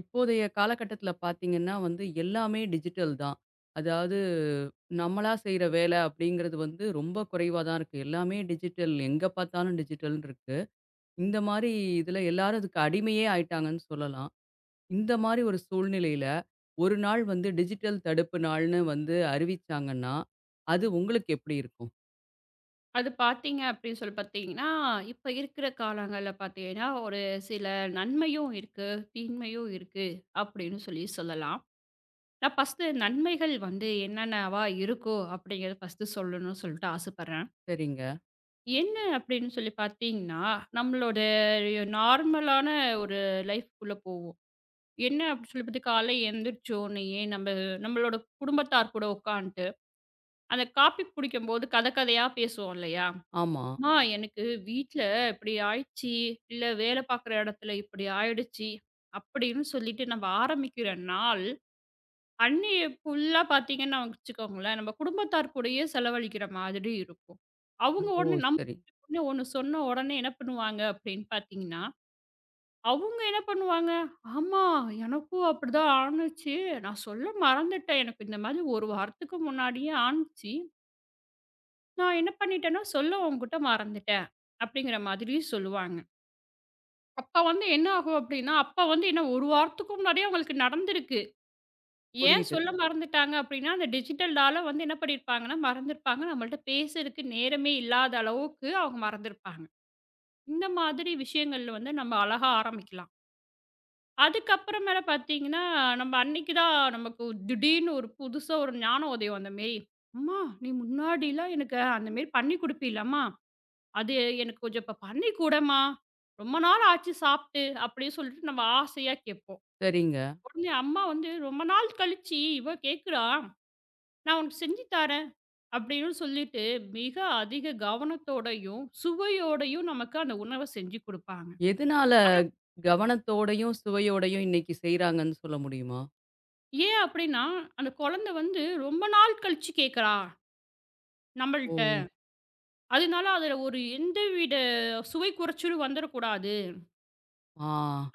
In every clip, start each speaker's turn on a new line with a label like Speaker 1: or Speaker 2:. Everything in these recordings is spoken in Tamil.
Speaker 1: இப்போதைய காலகட்டத்துல பார்த்தீங்கன்னா வந்து எல்லாமே டிஜிட்டல் தான். அதாவது நம்மளா செய்ற வேலை அப்படிங்கிறது வந்து ரொம்ப குறைவா தான் இருக்கு. எல்லாமே டிஜிட்டல் எங்க பார்த்தாலும் டிஜிட்டல்ன்னு இருக்கு. இந்த மாரி இதுல எல்லாரும் அதுக்கு அடிமையே ஆயிட்டாங்கன்னு சொல்லலாம். இந்த மாரி ஒரு சூழ்நிலையில ஒரு நாள் வந்து டிஜிட்டல் தடுப்பு நாள்னு வந்து அறிவிச்சாங்கன்னா, அது உங்களுக்கு எப்படி இருக்கும்?
Speaker 2: அது பார்த்தீங்க அப்படின்னு சொல்லி பார்த்தீங்கன்னா, இப்ப இருக்கிற காலங்கள்ல பார்த்தீங்கன்னா, ஒரு சில நன்மையும் இருக்கு, தீமையும் இருக்கு அப்படின்னு சொல்லி சொல்லலாம். நான் ஃபர்ஸ்ட்டு நன்மைகள் வந்து என்னென்னவா இருக்கும் அப்படிங்கிறத ஃபர்ஸ்ட்டு சொல்லணும்னு சொல்லிட்டு ஆசைப்படுறேன்.
Speaker 1: சரிங்க.
Speaker 2: என்ன அப்படின்னு சொல்லி பார்த்தீங்கன்னா, நம்மளோட நார்மலான ஒரு லைஃப்குள்ள போவோம். என்ன அப்படின்னு சொல்லி பார்த்து காலை எழுந்திரிச்ச உடனேயே நம்ம நம்மளோட குடும்பத்தார் கூட உட்காந்துட்டு, அந்த காஃபி குடிக்கும்போது கதை கதையா பேசுவோம் இல்லையா?
Speaker 1: ஆமா.
Speaker 2: "அம்மா, எனக்கு வீட்ல இப்படி ஆயிடுச்சு. இல்ல வேலை பார்க்குற இடத்துல இப்படி ஆயிடுச்சு." அப்படின்னு சொல்லிட்டு நம்ம ஆரம்பிக்கிற நாள், அன்னைய ஃபுல்லா பார்த்தீங்கன்னா வச்சுக்கோங்களேன், நம்ம குடும்பத்தார் கூடயே செலவழிக்கிற மாதிரி இருக்கும். அவங்க
Speaker 1: ஓ!
Speaker 2: ஒண்ணு நம்ம
Speaker 1: சரி.
Speaker 2: ஒண்ணு ஒண்ணு சொன்ன உடனே என்ன பண்ணுவாங்க அப்படின்னு பார்த்தீங்கன்னா, அவங்க என்ன பண்ணுவாங்க, "ஆமா, எனக்கும் அப்படிதான் ஆனுச்சு. நான் சொல்ல மறந்துட்டேன். எனக்கு இந்த மாதிரி ஒரு வாரத்துக்கு முன்னாடியே ஆனுச்சு. நான் என்ன பண்ணிட்டேன்னா, சொல்ல உன்கிட்ட மறந்துட்டேன்." அப்படிங்கிற மாதிரி சொல்லுவாங்க. அப்ப வந்து என்ன ஆகும் அப்டின்னா, அப்ப வந்து என்ன 1 வாரத்துக்கு முன்னாடியே அவங்களுக்கு நடந்திருக்கு. ஏன்
Speaker 1: புரியுது.
Speaker 2: சொல்ல மறந்துட்டாங்க அப்டின்னா, அந்த டிஜிட்டல்னால வந்து என்ன பண்ணியிருப்பாங்கன்னா, மறந்திருப்பாங்க. நம்மள்ட்ட பேசுறதுக்கு நேரமே இல்லாத அளவுக்கு அவங்க மறந்திருப்பாங்க. இந்த மாதிரி விஷயங்கள்ல வந்து நம்ம அழகா ஆரம்பிக்கலாம். அதுக்கப்புறமேல பார்த்தீங்கன்னா, நம்ம அன்னைக்கு தான் நமக்கு திடீர்னு ஒரு புதுசா ஒரு ஞான உதயம் அந்த மாரி. "அம்மா நீ முன்னாடிலாம் எனக்கு அந்த மாரி பண்ணி குடுப்பீலம்மா, அது எனக்கு கொஞ்சம் இப்ப பண்ணி குடம்மா. ரொம்ப நாள் ஆச்சு சாப்ட்டு" அப்டின்னு சொல்லிட்டு நம்ம ஆசையா கேட்போம்.
Speaker 1: சரிங்க.
Speaker 2: உடனே அம்மா வந்து ரொம்ப நாள் கழிச்சு இவ கேட்குறா, "நான் உனக்கு செஞ்சு தரேன்" அப்படின்னு சொல்லிட்டு மிக அதிக கவனத்தோடயும், சுவையோடயும் நமக்கு அந்த உணவ செஞ்சு குடுப்பாங்க.
Speaker 1: எதனால
Speaker 2: ஆனா
Speaker 1: கவனத்தோடையும், சுவையோடையும் இன்னைக்கு செய்றாங்கன்னு சொல்ல முடியுமா?
Speaker 2: ஏன் அப்படின்னா, அந்த குழந்தை வந்து ரொம்ப நாள் கழிச்சு கேட்குறா
Speaker 1: ஓ!
Speaker 2: நம்மள்ட்ட. அதனால அதுல ஒரு எந்தவித சுவை குறைச்சலும் வந்துடக்கூடாது
Speaker 1: ஆ.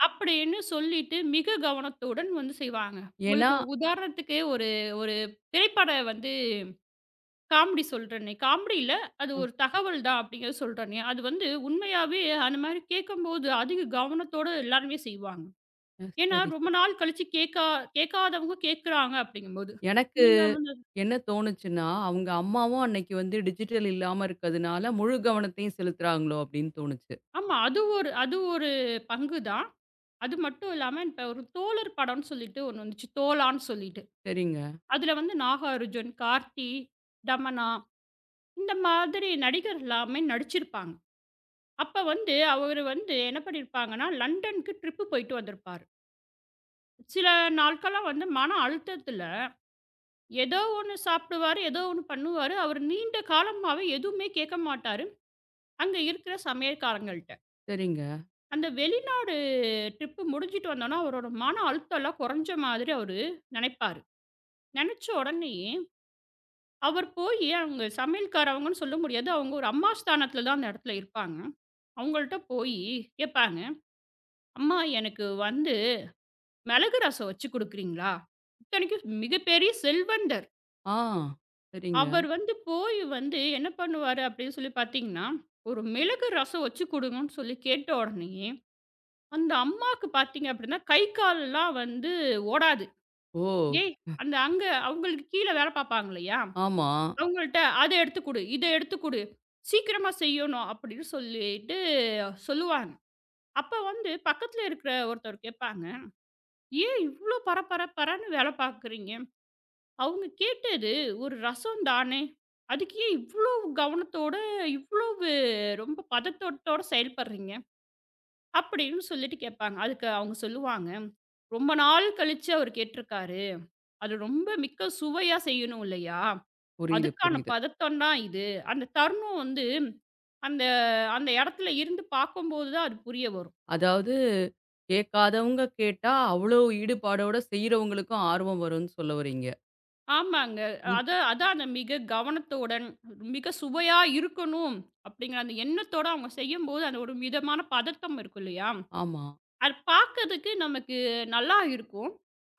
Speaker 2: அப்படின்னு சொல்லிட்டு மிக கவனத்துடன் வந்து செய்வாங்க.
Speaker 1: ஏன்னா
Speaker 2: உங்களுக்கு உதாரணத்துக்கு ஒரு ஒரு திரைப்பட வந்து காமெடி சொல்றேனே! காமெடி இல்ல. அது
Speaker 1: அ
Speaker 2: ஒரு தகவல் தான் அப்டிங்கிறத சொல்றேனே. அது வந்து உண்மையாவே அந்த மாரி கேட்கும்போது அதிக கவனத்தோட எல்லாருமே செய்வாங்க.
Speaker 1: அ
Speaker 2: ஏன்னா,
Speaker 1: சரி,
Speaker 2: ரொம்ப
Speaker 1: சரி.
Speaker 2: நாள் கழிச்சு கேட்காதவங்க கேட்குறாங்க அப்டிங்கும்போது.
Speaker 1: எனக்கு
Speaker 2: நீங்க வந்து
Speaker 1: என்ன தோணுச்சுன்னா, அவங்க அம்மாவும் அன்னைக்கு வந்து டிஜிட்டல் இல்லாம இருக்கதுனால, முழு கவனத்தையும் செலுத்துறாங்களோ அப்படின்னு தோணுச்சு.
Speaker 2: ஆமா. அது ஒரு பங்கு தான். அது மட்டும் இல்லாம இப்ப ஒரு தோழர் படம்னு சொல்லிட்டு ஒண்ணு வந்துச்சு. தோழான்னு சொல்லிட்டு.
Speaker 1: சரிங்க,
Speaker 2: அதுல வந்து நாகார்ஜுன், கார்த்தி, தமன்னா இந்த மாதிரி நடிகர் எல்லாமே நடிச்சிருப்பாங்க. அப்ப வந்து அவரு வந்து என்ன பண்ணியிருப்பாங்கன்னா, லண்டனுக்கு ட்ரிப் போயிட்டு வந்திருப்பாரு. சில நாட்களா வந்து மன அழுத்தத்துல, ஏதோ ஒண்ணு சாப்பிடுவாரு, ஏதோ ஒண்ணு பண்ணுவாரு. அவரு நீண்ட காலமாவே எதுவுமே கேட்க மாட்டாரு. அங்க இருக்கிற சமையல்காரங்கள்ட்ட.
Speaker 1: சரிங்க.
Speaker 2: அந்த வெளிநாடு ட்ரிப் முடிஞ்சுட்டு வந்தோனே, அவரோட மன அழுத்தம்லாம் குறைஞ்ச மாதிரி அவரு நெனைப்பாரு. நெனச்ச உடனேயே, அவர் போயி அங்க சமையல்காரவங்கன்னு சொல்ல முடியாது. அவங்க ஒரு அம்மா ஸ்தானத்துல தான் அந்த இடத்துல இருப்பாங்க. அவங்கள்ட்ட போயி கேட்பாங்க, "அம்மா எனக்கு வந்து மிளகு ரசம் வச்சு குடுக்குறீங்களா?" இத்தனைக்கும் மிகப்பெரிய செல்வந்தர்.
Speaker 1: ஆ, சரிங்க.
Speaker 2: அவர் வந்து போய் வந்து என்ன பண்ணுவாரு அப்படின்னு சொல்லி பார்த்தீங்கன்னா, ஒரு மிளகு ரசம் வச்சு குடுங்கன்னு சொல்லி கேட்ட உடனேயே, அந்த அம்மாக்கு பார்த்தீங்க அப்படின்னா, கை கால்லாம் வந்து ஓடாது.
Speaker 1: ஓ!
Speaker 2: ஏய் அந்த அங்க அவங்களுக்கு கீழ வேலை பார்ப்பாங்க இல்லையா?
Speaker 1: ஆமா.
Speaker 2: அவங்கள்ட்ட "அத எடுத்து குடு, இத எடுத்து குடு, சீக்கிரமா செய்யணும்" அப்படின்னு சொல்லிட்டு சொல்லுவாங்க. அப்ப வந்து பக்கத்துல இருக்கிற ஒருத்தர் கேட்பாங்க, "ஏன் இவ்ளோ பர பர பரன்னு வேலை பார்க்குறீங்க? அவங்க கேட்டது ஒரு ரசம் தானே! அதுக்கு ஏன் இவ்ளோ கவனத்தோட, இவ்வளவு ரொம்ப பதட்டத்தோட செயல்படுறீங்க? அப்படின்னு சொல்லிட்டு கேட்பாங்க. அதுக்கு அவங்க சொல்லுவாங்க, "ரொம்ப நாள் கழிச்சு அவரு கேட்டிருக்காரு. அது ரொம்ப மிக்க சுவையா செய்யணும் இல்லையா?
Speaker 1: புரியுது,
Speaker 2: அதுக்கான
Speaker 1: புரியுது.
Speaker 2: பதட்டம் தான் இது. அந்த தருணம் வந்து அந்த அந்த இடத்துல இருந்து பார்க்கும்போது தான் அது புரிய வரும்."
Speaker 1: அதாவது கேட்காதவங்க கேட்டா, அவ்வளோ ஈடுபாடோட செய்றவங்களுக்கும் ஆர்வம் வரும்னு சொல்ல வர்றீங்க.
Speaker 2: ஆமாங்க.
Speaker 1: இ
Speaker 2: அத அதான் அந்த மிக கவனத்துடன், மிக சுவையா இருக்கணும் அப்படிங்கிற அந்த எண்ணத்தோட அவங்க செய்யும்போது, அந்த ஒரு விதமான பதட்டம் இருக்கும் இல்லையா?
Speaker 1: ஆமா.
Speaker 2: அது பார்க்கறதுக்கு நமக்கு நல்லா இருக்கும்.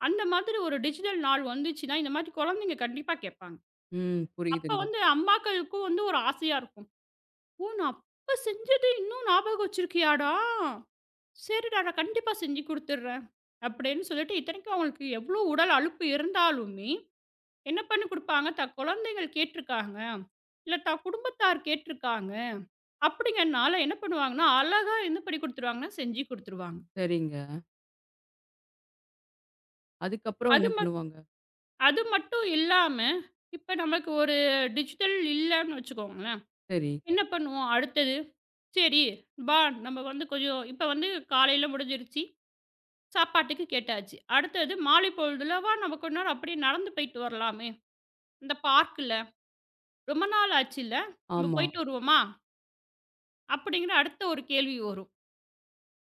Speaker 2: அந்த மாதிரி ஒரு டிஜிட்டல் நாள் வந்துச்சுன்னா, இந்த மாதிரி குழந்தைங்க கண்டிப்பா கேட்பாங்க.
Speaker 1: ம்.
Speaker 2: அப்ப
Speaker 1: புரியுதுங்க.
Speaker 2: வந்து அம்மாக்களுக்கும் வந்து ஒரு ஆசையா இருக்கும். "ஓ! நான் அப்ப செஞ்சது இன்னும் ஞாபகம் வச்சிருக்கியாடா? சரிடா, நான் கண்டிப்பா செஞ்சு குடுத்துடுறேன்." அப்படின்னு சொல்லிட்டு, இத்தனைக்கும் அவங்களுக்கு எவ்வளோ உடல் அலுப்பு இருந்தாலுமே என்ன பண்ணி குடுப்பாங்க, தான் குழந்தைகள் கேட்டுருக்காங்க. இல்ல தான் குடும்பத்தார் கேட்டுருக்காங்க. அப்படிங்கனால என்ன பண்ணுவாங்கன்னா, அழகா என்ன பண்ணி குடுத்துருவாங்கன்னா, செஞ்சு குடுத்துருவாங்க.
Speaker 1: சரிங்க. அதுக்கப்புறம்
Speaker 2: அது
Speaker 1: என்ன
Speaker 2: மட்
Speaker 1: பண்ணுவாங்க?
Speaker 2: அது மட்டும் இல்லாம, இப்ப நமக்கு ஒரு டிஜிட்டல் இல்லன்னு வச்சுக்கோங்களேன்.
Speaker 1: சரி.
Speaker 2: என்ன பண்ணுவோம் அடுத்தது, சரி வா நம்ம வந்து கொஞ்சம் இப்ப வந்து காலையில முடிஞ்சிருச்சு. சாப்பாட்டுக்கு கேட்டாச்சு. அடுத்தது மாலை பொழுதுல வா நம்ம கொஞ்ச நேரம் அப்படியே நடந்து போயிட்டு வரலாமே. இந்த பார்க்குல ரொம்ப நாள் ஆச்சுல்ல, நம்ம
Speaker 1: ஆமா.
Speaker 2: போயிட்டு வருவோமா? அப்படிங்கிற அடுத்த ஒரு கேள்வி வரும்.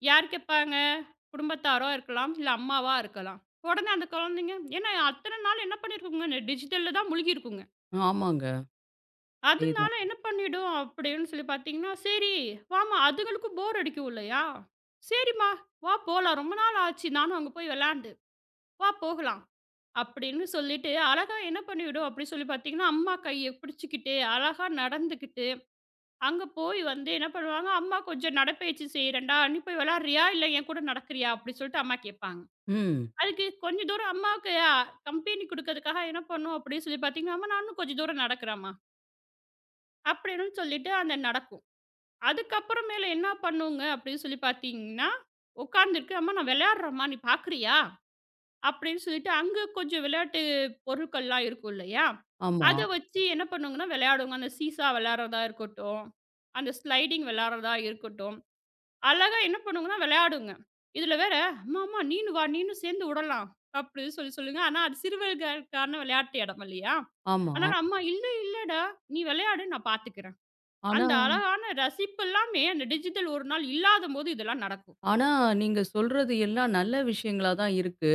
Speaker 2: யார் கேட்பாங்க? குடும்பத்தாரோ இருக்கலாம், இல்ல அம்மாவா இருக்கலாம். உடனே அந்த குழந்தைங்க ஏன்னா அத்தனை நாள் என்ன பண்ணியிருக்குங்க, இந்த டிஜிட்டல்ல தான் முழுகியிருக்குங்க.
Speaker 1: ஆமாங்க.
Speaker 2: அதனால
Speaker 1: அதேதான்.
Speaker 2: என்ன பண்ணிடும் அப்படின்னு சொல்லி பார்த்தீங்கன்னா, சரி வாம்மா அதுங்களுக்கும் போர் அடிக்கும் இல்லையா? சரிம்மா வா போலாம். ரொம்ப நாள் ஆச்சு நானும் அங்க போய் விளையாண்டு. வா போகலாம். அப்படின்னு சொல்லிட்டு அழகா என்ன பண்ணிவிடும் அப்படின்னு சொல்லி பார்த்தீங்கன்னா, அம்மா கைய பிடிச்சுக்கிட்டு, அழகா நடந்துக்கிட்டு, அங்க போய் வந்து என்ன பண்ணுவாங்க, "அம்மா கொஞ்சம் நடைப்பயிற்சி செய்றேன்டா, நீ போய் விளையாடுறியா? இல்ல என் கூட நடக்கிறியா?" அப்படின்னு சொல்லிட்டு அம்மா கேட்பாங்க.
Speaker 1: ம்.
Speaker 2: அதுக்கு கொஞ்ச தூரம் அம்மாவுக்கு கம்பெனி குடுக்கறதுக்காக என்ன பண்ணும் அப்படின்னு சொல்லி பார்த்தீங்கன்னா, "அம்மா நானும் கொஞ்சம் தூரம் நடக்கிறேன்ம்மா" அப்படின்னு சொல்லிட்டு அந்த நடக்கும். அதுக்கப்புறமேலு என்ன பண்ணுங்க அப்படின்னு சொல்லி பார்த்தீங்கன்னா, உட்காந்துருக்கு, "அம்மா நான் விளையாடுறேன்ம்மா நீ பார்க்குறியா?" அப்படின்னு சொல்லிட்டு அங்க கொஞ்சம் விளையாட்டு பொருட்கள்லாம் இருக்கும் இல்லையா?
Speaker 1: ஆமா,
Speaker 2: அத வச்சு என்ன பண்ணுங்கன்னா விளையாடுங்க. அந்த சீசா விளையாடுறதா இருக்கட்டும், அந்த ஸ்லைடிங் விளையாடுறதா இருக்கட்டும். அழகா என்ன பண்ணுங்கன்னா விளையாடுங்க. இதுல வேற, "அம்மா, அம்மா நீயும் வா, நீனும் சேர்ந்து உடலாம்." அப்படின்னு சொல்லி சொல்லுங்க. ஆனா அது சிறுவர்களுக்கான விளையாட்டு இடம் இல்லையா?
Speaker 1: ஆமா.
Speaker 2: அதனால அம்மா, "இல்ல இல்லடா, நீ விளையாடு, நான் பார்த்துக்கிறேன்."
Speaker 1: ஆனா
Speaker 2: அந்த அழகான ரசிப்பு எல்லாமே அந்த டிஜிட்டல் ஒரு நாள் இல்லாதபோது இதெல்லாம் நடக்கும்.
Speaker 1: ஆனா நீங்க சொல்றது எல்லாம் நல்ல விஷயங்களா தான் இருக்கு.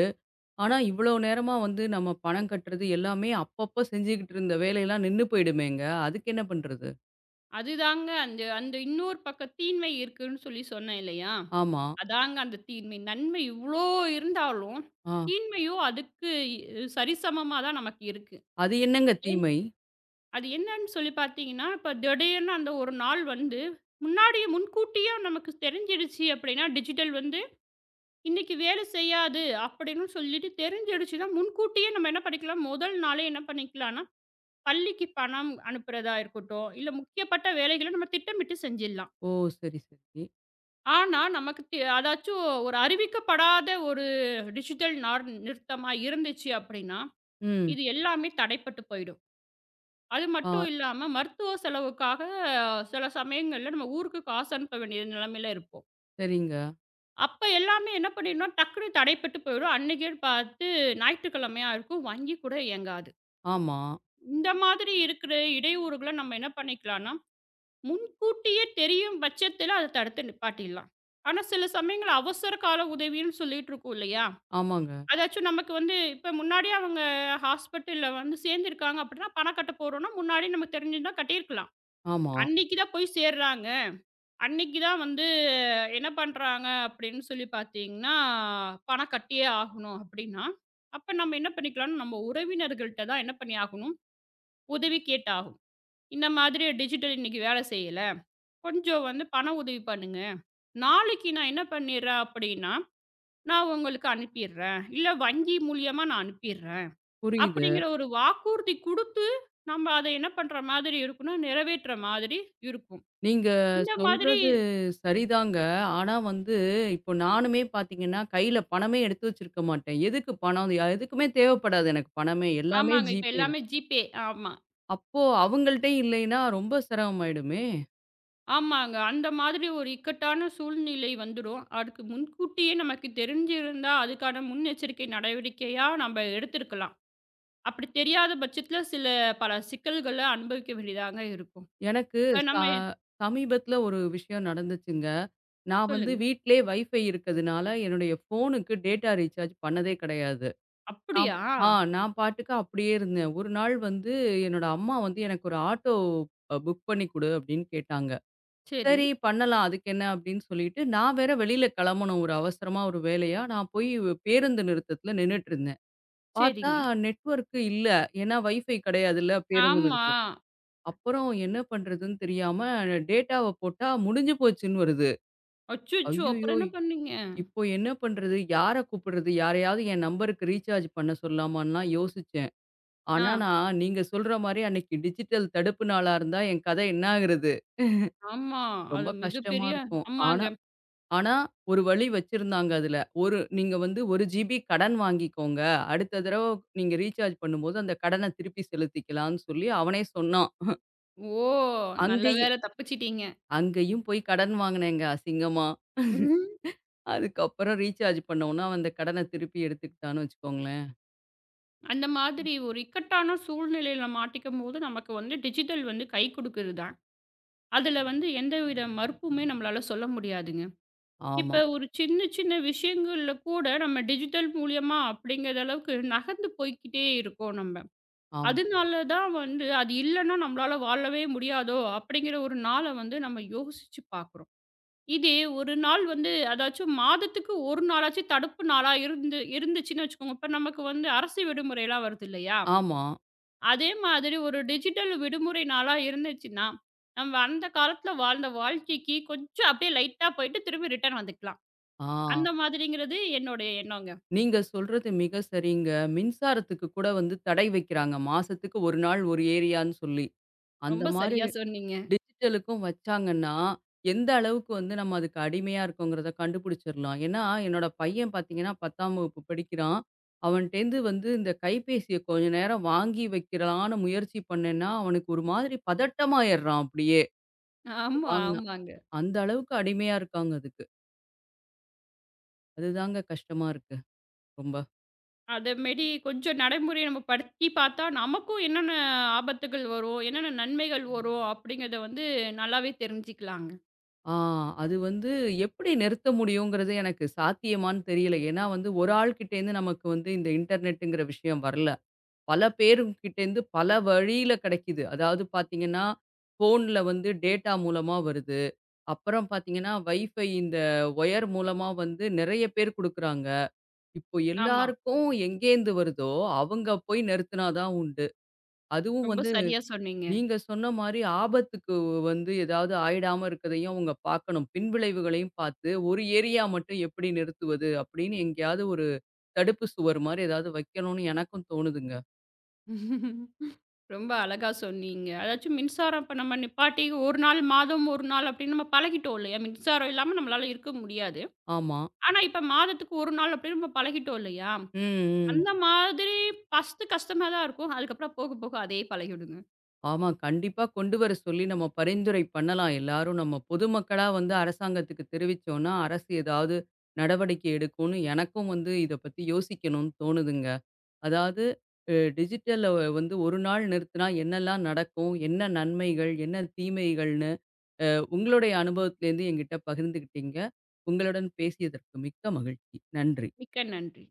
Speaker 1: ஆனா இவ்வளோ நேரமா வந்து நம்ம பணம் கட்டுறது எல்லாமே அப்பப்ப செஞ்சுகிட்டு இருந்த வேலையெல்லாம் நின்னு போயிடுமேங்க. அதுக்கு என்ன பண்றது?
Speaker 2: அதுதாங்க அந்த அந்த இன்னொரு பக்கம் தீன்மை இருக்குன்னு சொல்லி சொன்னேன் இல்லையா?
Speaker 1: ஆமா.
Speaker 2: அதாங்க அந்த தீன்மை. நன்மை இவ்ளோ இருந்தாலும்,
Speaker 1: ஆ.
Speaker 2: தீன்மையும் அதுக்கு சரிசமமா தான் நமக்கு இருக்கு.
Speaker 1: அது என்னங்க
Speaker 2: ஏன்
Speaker 1: தீமை?
Speaker 2: அது என்னன்னு சொல்லி பார்த்தீங்கன்னா, இப்ப திடீர்னு அந்த ஒரு நாள் வந்து, முன்னாடியே முன்கூட்டியே நமக்கு தெரிஞ்சிடுச்சு அப்படின்னா, டிஜிட்டல் வந்து இன்னைக்கு வேலை செய்யாது அப்படின்னு சொல்லிட்டு தெரிஞ்சிடுச்சுன்னா, முன்கூட்டியே நம்ம என்ன பண்ணிக்கலாம், முதல் நாளே என்ன பண்ணிக்கலாம்னா, பள்ளிக்கு பணம் அனுப்புறதா இருக்கட்டும், இல்ல முக்கியப்பட்ட வேலைகள நம்ம திட்டமிட்டு செஞ்சிடலாம்.
Speaker 1: ஓ! சரி, சரி.
Speaker 2: ஆனா, நமக்கு தெ அதாச்சும் ஒரு அறிவிக்கப்படாத ஒரு டிஜிட்டல் நிறுத்தமா இருந்துச்சு அப்படின்னா,
Speaker 1: ம்.
Speaker 2: இது எல்லாமே தடைப்பட்டு போயிடும். அது மட்டும்
Speaker 1: ஆ
Speaker 2: இல்லாம, மருத்துவ செலவுக்காக சில சமயங்கள்ல நம்ம ஊருக்கு காசு அனுப்ப வேண்டிய நிலைமையில இருப்போம்.
Speaker 1: சரிங்க.
Speaker 2: அப்ப எல்லாமே என்ன பண்ணிடும்னா, டக்குனு தடைப்பட்டு போயிடும். அன்னைக்கே பார்த்து ஞாயிற்றுக்கிழமையா இருக்கும். வாங்கி கூட இயங்காது.
Speaker 1: ஆமா.
Speaker 2: இந்த மாதிரி இருக்கிற இடையூறுகள நம்ம என்ன பண்ணிக்கலாம்னா, முன்கூட்டியே தெரியும் பட்சத்தில அத தடுத்து நிப்பாட்டிடலாம். ஆனா, சில சமயங்கள்ல அவசர கால உதவின்னு சொல்லிட்டு இருக்கோம் இல்லையா?
Speaker 1: ஆமாங்க.
Speaker 2: அதாச்சும் நமக்கு வந்து இப்ப முன்னாடியே அவங்க ஹாஸ்பிட்டல்ல வந்து சேர்ந்திருக்காங்க அப்படின்னா, பணம் கட்ட போறோம்னா, முன்னாடியே நமக்கு தெரிஞ்சிருந்தா கட்டியிருக்கலாம்.
Speaker 1: ஆமா.
Speaker 2: அன்னைக்கு தான் போய் சேர்றாங்க. அன்னைக்கு தான் வந்து என்ன பண்றாங்க அப்படின்னு சொல்லி பார்த்தீங்கன்னா, பணம் கட்டியே ஆகணும் அப்படின்னா, அப்ப நம்ம என்ன பண்ணிக்கலாம்னா, நம்ம உறவினர்கள்ட்ட தான் என்ன பண்ணி ஆகணும், உதவி கேட்டாகும். இந்த மாதிரி டிஜிட்டல் இன்னைக்கு வேலை செய்யல. கொஞ்சம் வந்து பண உதவி பண்ணுங்க. நாளைக்கு நான் என்ன பண்ணிடுறேன் அப்படின்னா, நான் உங்களுக்கு அனுப்பிடுறேன். இல்ல வங்கி மூலியமா நான் அனுப்பிடுறேன்.
Speaker 1: புரியுது.
Speaker 2: அப்படிங்கிற ஒரு வாக்குறுதி குடுத்து, நம்ம அத என்ன பண்ற மாதிரி இருக்கும்னா, நிறைவேற்ற மாதிரி இருக்கும்.
Speaker 1: நீங்க
Speaker 2: இந்த மாதிரி
Speaker 1: சொல்றது சரிதாங்க. ஆனா வந்து, இப்போ நானுமே பார்த்தீங்கன்னா, கையில பணமே எடுத்து வச்சிருக்க மாட்டேன். எதுக்கு பணம்? யா- எதுக்குமே தேவைப்படாது எனக்கு பணமே. எல்லாமே
Speaker 2: ஆமாங்க. இப்ப
Speaker 1: ஜிபே தான்.
Speaker 2: எல்லாமே ஜிபே. ஆமா.
Speaker 1: அப்போ அவங்கள்ட்டயும் இல்லைன்னா ரொம்ப சிரமமாயிடுமே!
Speaker 2: ஆமாங்க. அந்த மாதிரி ஒரு இக்கட்டான சூழ்நிலை வந்துரும். அதுக்கு முன்கூட்டியே நமக்கு தெரிஞ்சிருந்தா, அதுக்கான முன்னெச்சரிக்கை நடவடிக்கையா நம்ம எடுத்திருக்கலாம். அப்படி தெரியாத பட்சத்தில சில பல சிக்கல்கள அனுபவிக்க வேண்டியதாங்க இருக்கும்.
Speaker 1: எனக்கு
Speaker 2: இப்ப
Speaker 1: ச
Speaker 2: நம்ம
Speaker 1: சமீபத்தில ஒரு விஷயம் நடந்துச்சுங்க. நான் வந்து
Speaker 2: சொல்லுங்க.
Speaker 1: வீட்டிலேயே வைஃபை இருக்கிறதுனால, என்னுடைய ஃபோனுக்கு டேட்டா ரீசார்ஜ் பண்ணதே கிடையாது. நான்
Speaker 2: அப்படியா?
Speaker 1: ஆ நான் பாட்டுக்கு அப்படியே இருந்தேன். ஒரு நாள் வந்து என்னோட அம்மா வந்து எனக்கு ஒரு ஆட்டோ புக் பண்ணி குடு அப்படின்னு கேட்டாங்க.
Speaker 2: சரி,
Speaker 1: சரி பண்ணலாம். அதுக்கு என்ன அப்படின்னு சொல்லிட்டு, நான் வேற வெளியில கிளம்பணும் ஒரு அவசரமா ஒரு வேலையா. நான் போய் பேருந்து நிறுத்தத்துல நின்னுட்டுருந்தேன். பார்த்தா
Speaker 2: சரிங்க.
Speaker 1: நெட்வொர்க் இல்ல. ஏன்னா வைஃபை கிடையாதுல்ல பேருந்து
Speaker 2: ஆமா.
Speaker 1: நிறுத்தம். அப்புறம் என்ன பண்றதுன்னு தெரியாம டேட்டாவ போட்டா முடிஞ்சு போச்சுன்னு வருது.
Speaker 2: அச்சச்சோ!
Speaker 1: ஐய்யயோ!
Speaker 2: அப்புறம் என்ன பண்ணீங்க?
Speaker 1: இப்போ என்ன பண்றது? யார கூப்பிடுறது? யாரையாவது என் நம்பருக்கு ரீசார்ஜ் பண்ண சொல்லாமான்லாம் யோசிச்சேன்.
Speaker 2: ஆ,
Speaker 1: ஆனா நான் நீங்க சொல்ற மாரி அன்னைக்கு டிஜிட்டல் தடுப்பு நாளா இருந்தா என் கதை என்னாகிறது?
Speaker 2: ஆமா.
Speaker 1: ரொம்ப
Speaker 2: அது
Speaker 1: கஷ்டமா
Speaker 2: மிகப்பெரிய
Speaker 1: இருக்கும்.
Speaker 2: ஆமாங்க.
Speaker 1: ஆனா ஆனா, ஒரு வழி வச்சிருந்தாங்க அதுல. ஒரு நீங்க வந்து 1 ஜிபி கடன் வாங்கிக்கோங்க. அடுத்த தடவ நீங்க ரீசார்ஜ் பண்ணும்போது அந்த கடன திருப்பி செலுத்திக்கலான்னு சொல்லி அவனே சொன்னான்.
Speaker 2: ஓ! நல்ல
Speaker 1: அங்கேயும்
Speaker 2: வேள தப்பிச்சிட்டீங்க.
Speaker 1: அங்கேயும் போய் கடன் வாங்குனேங்க அசிங்கமா. அதுக்கப்புறம் ரீசார்ஜ் பண்ணோம்னா, அவன் அந்த கடன திருப்பி எடுத்துக்கிட்டான்னு வச்சுக்கோங்களேன்.
Speaker 2: அந்த மாதிரி ஒரு இக்கட்டான சூழ்நிலையில மாட்டிக்கும்போது, நமக்கு வந்து டிஜிட்டல் வந்து கை குடுக்குது தான். அதுல வந்து எந்தவித மறுப்புமே நம்மளால சொல்ல முடியாதுங்க.
Speaker 1: ஆமா,
Speaker 2: இப்ப ஒரு சின்ன சின்ன விஷயங்கள்ல கூட நம்ம டிஜிட்டல் மூலியமா அப்படிங்கிற அளவுக்கு நகர்ந்து போய்க்கிட்டே இருக்கோம் நம்ம.
Speaker 1: ஆமா,
Speaker 2: அதனால தான் வந்து அது இல்லன்னா நம்மளால வாழவே முடியாதோ! அப்படிங்கிற ஒரு நாள வந்து நம்ம யோசிச்சு பார்க்குறோம். இதே ஒரு நாள் வந்து அதாச்சும் மாதத்துக்கு ஒரு நாளாச்சும் தடுப்பு நாளா இருந்து இருந்துச்சுன்னு வச்சுக்கோங்க. இப்ப நமக்கு வந்து அரசு விடுமுறைலாம் வருது இல்லையா?
Speaker 1: ஆமா.
Speaker 2: அதே மாதிரி ஒரு டிஜிட்டல் விடுமுறை நாளா இருந்துச்சுன்னா, நம்ம அந்த காலத்துல வாழ்ந்த வாழ்க்கைக்கு கொஞ்சம் அப்படியே லைட்டா போயிட்டு திரும்பி ரிட்டர்ன் வந்துக்கலாம்.
Speaker 1: ஆ.
Speaker 2: அந்த மாதிரிங்கிறது என்னுடைய எண்ணங்க.
Speaker 1: நீங்க சொல்றது மிக சரிங்க. மின்சாரத்துக்கு கூட வந்து தடை வைக்கிறாங்க. மாசத்துக்கு 1 நாள், 1 ஏரியான்னு சொல்லி. அந்த
Speaker 2: ரொம்ப
Speaker 1: மாரி
Speaker 2: சரியா சொன்னீங்க.
Speaker 1: டிஜிட்டலுக்கும் வச்சாங்கன்னா, எந்த அளவுக்கு வந்து நம்ம அதுக்கு அடிமையா இருக்கோங்கிறத கண்டுபிடிச்சிடலாம். ஏன்னா, என்னோட பையன் பார்த்தீங்கன்னா, 10ஆம் வகுப்பு படிக்கிறான். அவன்ட்டேருந்து வந்து இந்த கைபேசிய கொஞ்ச நேரம் வாங்கி வைக்கலான்னு முயற்சி பண்ணேன்னா, அவனுக்கு ஒரு மாதிரி பதட்டமாயிடுறான் அப்படியே
Speaker 2: ஆமா,
Speaker 1: வாங்குனா.
Speaker 2: ஆமாங்க.
Speaker 1: அந்த அளவுக்கு அடிமையா இருக்காங்க அதுக்கு. அதுதாங்க கஷ்டமா இருக்கு ரொம்ப.
Speaker 2: அதமேரி கொஞ்சம் நடைமுறைய நம்ம படுத்தி பார்த்தா, நமக்கும் என்னென்ன ஆபத்துகள் வரும், என்னென்ன நன்மைகள் வரும் அப்படிங்கிறத வந்து நல்லாவே தெரிஞ்சுக்கலாங்க.
Speaker 1: ஆ அது வந்து எப்படி நிறுத்த முடியுங்கிறது எனக்கு சாத்தியமான்னு தெரியல. ஏன்னா வந்து ஒரு ஆள்கிட்டேருந்து நமக்கு வந்து இந்த இன்டர்நெட்டுங்கிற விஷயம் வரல. பல பேருக்கிட்டேருந்து பல வழியில கிடைக்குது. அதாவது பார்த்தீங்கன்னா, ஃபோன்ல வந்து டேட்டா மூலமா வருது. அப்புறம் பார்த்தீங்கன்னா, வைஃபை இந்த ஒயர் மூலமா வந்து நெறைய பேர் குடுக்குறாங்க. இப்போ
Speaker 2: ஆமா,
Speaker 1: எல்லாருக்கும் எங்கேருந்து வருதோ, அவங்க போய் நிறுத்துனா தான் உண்டு. அதுவும்
Speaker 2: ரொம்ப
Speaker 1: வந்து
Speaker 2: சரியா சொன்னீங்க.
Speaker 1: நீங்க சொன்ன மாரி ஆபத்துக்கு வந்து ஏதாவது ஆயிடாம இருக்கதையும் அவங்க பார்க்கணும். பின்விளைவுகளையும் பார்த்து, ஒரு ஏரியா மட்டும் எப்படி நிறுத்துவது அப்படின்னு எங்கேயாவது ஒரு தடுப்பு சுவர் மாரி ஏதாவது வைக்கணும்னு எனக்கும் தோணுதுங்க.
Speaker 2: ரொம்ப அழகா சொன்னீங்க. அதாச்சும் மின்சாரம் இப்ப நம்ம நிப்பாட்டி 1 நாள், மாதம் 1 நாள் அப்படின்னு நம்ம பழகிட்டோம் இல்லையா? மின்சாரம் இல்லாம நம்மளால இருக்க முடியாது.
Speaker 1: ஆமா.
Speaker 2: ஆனா, இப்ப மாதத்துக்கு 1 நாள் அப்படின்னு நம்ம பழகிட்டோம் இல்லையா?
Speaker 1: ம். ம்.
Speaker 2: அந்த மாதிரி ஃபர்ஸ்ட்டு கஷ்டமா தான் இருக்கும். அதுக்கப்புறம் போக, போக அதே பழகிடுங்க.
Speaker 1: ஆமா. கண்டிப்பா கொண்டு வர சொல்லி நம்ம பரிந்துரை பண்ணலாம். எல்லாரும் நம்ம பொதுமக்களா வந்து அரசாங்கத்துக்கு தெரிவிச்சோம்னா, அரசு ஏதாவது நடவடிக்கை எடுக்கும்னு எனக்கும் வந்து இத பத்தி யோசிக்கணும்னு தோணுதுங்க. அதாவது டிஜிட்டல வந்து ஒரு நாள் நிறுத்தினா என்னெல்லாம் நடக்கும்? என்ன நன்மைகள்? என்ன தீமைகள்னு உங்களுடைய அனுபவத்திலேருந்து என்கிட்ட பகிர்ந்துக்கிட்டீங்க. உங்களுடன் பேசியதற்கு மிக்க மகிழ்ச்சி. நன்றி.
Speaker 2: மிக்க நன்றி.